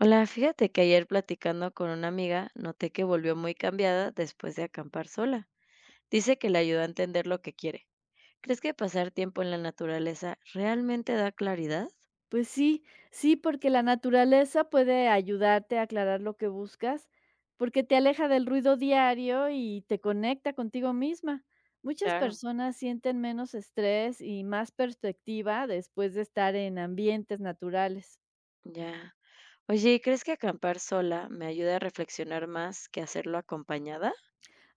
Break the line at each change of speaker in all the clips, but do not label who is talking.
Hola, fíjate que ayer platicando con una amiga noté que volvió muy cambiada después de acampar sola. Dice que le ayudó a entender lo que quiere. ¿Crees que pasar tiempo en la naturaleza realmente da claridad?
Pues sí, sí, porque la naturaleza puede ayudarte a aclarar lo que buscas, porque te aleja del ruido diario y te conecta contigo misma. Muchas
Claro.
personas sienten menos estrés y más perspectiva después de estar en ambientes naturales.
Ya. Oye, ¿y crees que acampar sola me ayuda a reflexionar más que hacerlo acompañada?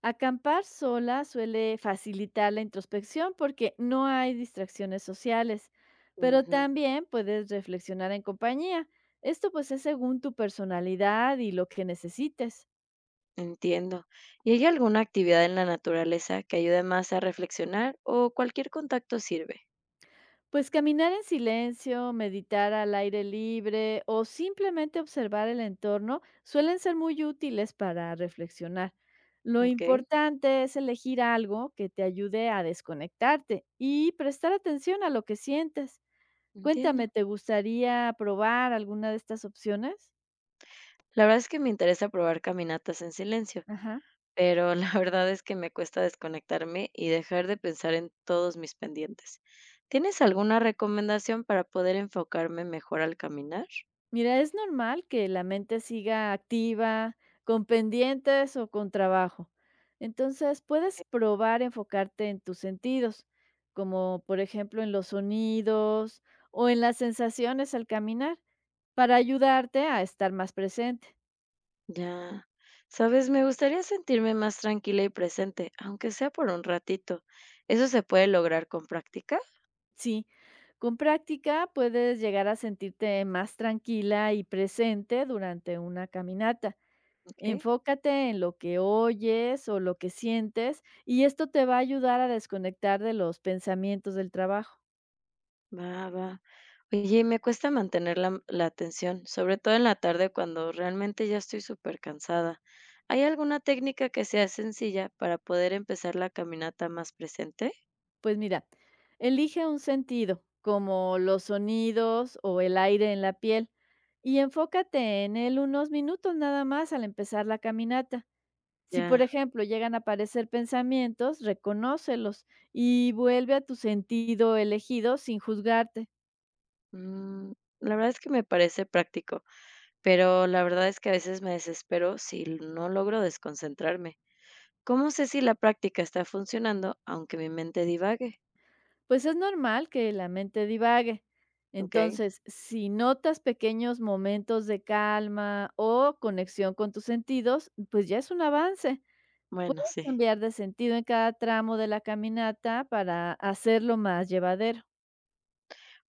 Acampar sola suele facilitar la introspección porque no hay distracciones sociales, pero
Ujú,
también puedes reflexionar en compañía. Esto pues es según tu personalidad y lo que necesites.
entiendo. ¿Y hay alguna actividad en la naturaleza que ayude más a reflexionar o cualquier contacto sirve?
Pues caminar en silencio, meditar al aire libre o simplemente observar el entorno suelen ser muy útiles para reflexionar. Lo
Ok,
importante es elegir algo que te ayude a desconectarte y prestar atención a lo que sientes. Cuéntame,
entiendo.
¿te gustaría probar alguna de estas opciones?
La verdad es que me interesa probar caminatas en silencio.
Ajá.
Pero la verdad es que me cuesta desconectarme y dejar de pensar en todos mis pendientes. ¿Tienes alguna recomendación para poder enfocarme mejor al caminar?
Mira, es normal que la mente siga activa, con pendientes o con trabajo. Entonces, puedes
Eh,
probar enfocarte en tus sentidos, como por ejemplo en los sonidos o en las sensaciones al caminar, para ayudarte a estar más presente.
Ya. Sabes, me gustaría sentirme más tranquila y presente, aunque sea por un ratito. ¿Eso se puede lograr con práctica?
Sí, con práctica puedes llegar a sentirte más tranquila y presente durante una caminata.
Ok.
Enfócate en lo que oyes o lo que sientes y esto te va a ayudar a desconectar de los pensamientos del trabajo.
Va, va. Oye, me cuesta mantener la atención, sobre todo en la tarde cuando realmente ya estoy súper cansada. ¿Hay alguna técnica que sea sencilla para poder empezar la caminata más presente?
Pues mira, elige un sentido, como los sonidos o el aire en la piel, y enfócate en él unos minutos nada más al empezar la caminata. Si, por
Ya.
ejemplo, llegan a aparecer pensamientos, reconócelos y vuelve a tu sentido elegido sin juzgarte.
Mm, la verdad es que me parece práctico, pero la verdad es que a veces me desespero si no logro desconcentrarme. ¿Cómo sé si la práctica está funcionando aunque mi mente divague?
Pues es normal que la mente divague.
Ok,
Entonces, si notas pequeños momentos de calma o conexión con tus sentidos, pues ya es un avance.
bueno,
Puedes
sí.
cambiar de sentido en cada tramo de la caminata para hacerlo más llevadero.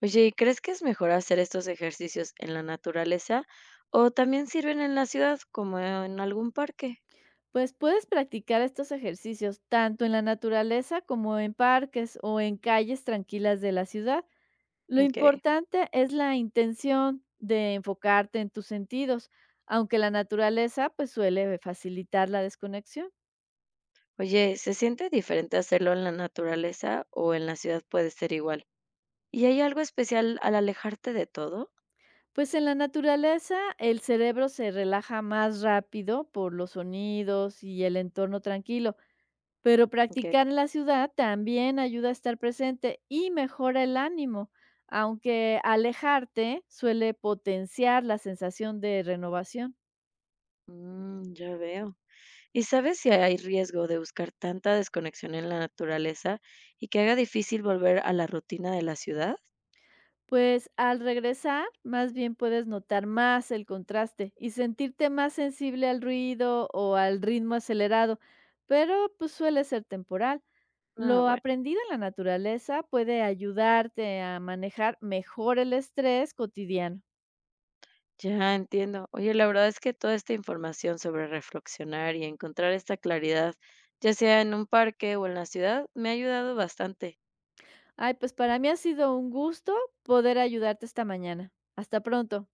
Oye, ¿y crees que es mejor hacer estos ejercicios en la naturaleza o también sirven en la ciudad, como en algún parque?
Pues puedes practicar estos ejercicios tanto en la naturaleza como en parques o en calles tranquilas de la ciudad. Lo
Okey.
importante es la intención de enfocarte en tus sentidos, aunque la naturaleza pues suele facilitar la desconexión.
Oye, ¿se siente diferente hacerlo en la naturaleza o en la ciudad puede ser igual? ¿Y hay algo especial al alejarte de todo?
Pues en la naturaleza el cerebro se relaja más rápido por los sonidos y el entorno tranquilo, pero
Okey.
practicar en la ciudad también ayuda a estar presente y mejora el ánimo, aunque alejarte suele potenciar la sensación de renovación.
Mm, ya veo. ¿Y sabes si hay riesgo de buscar tanta desconexión en la naturaleza y que haga difícil volver a la rutina de la ciudad?
Pues al regresar, más bien puedes notar más el contraste y sentirte más sensible al ruido o al ritmo acelerado, pero pues suele ser temporal.
Ah,
Lo
bueno.
aprendido en la naturaleza puede ayudarte a manejar mejor el estrés cotidiano.
Ya entiendo. Oye, la verdad es que toda esta información sobre reflexionar y encontrar esta claridad, ya sea en un parque o en la ciudad, me ha ayudado bastante.
Ay, pues para mí ha sido un gusto poder ayudarte esta mañana. Hasta pronto.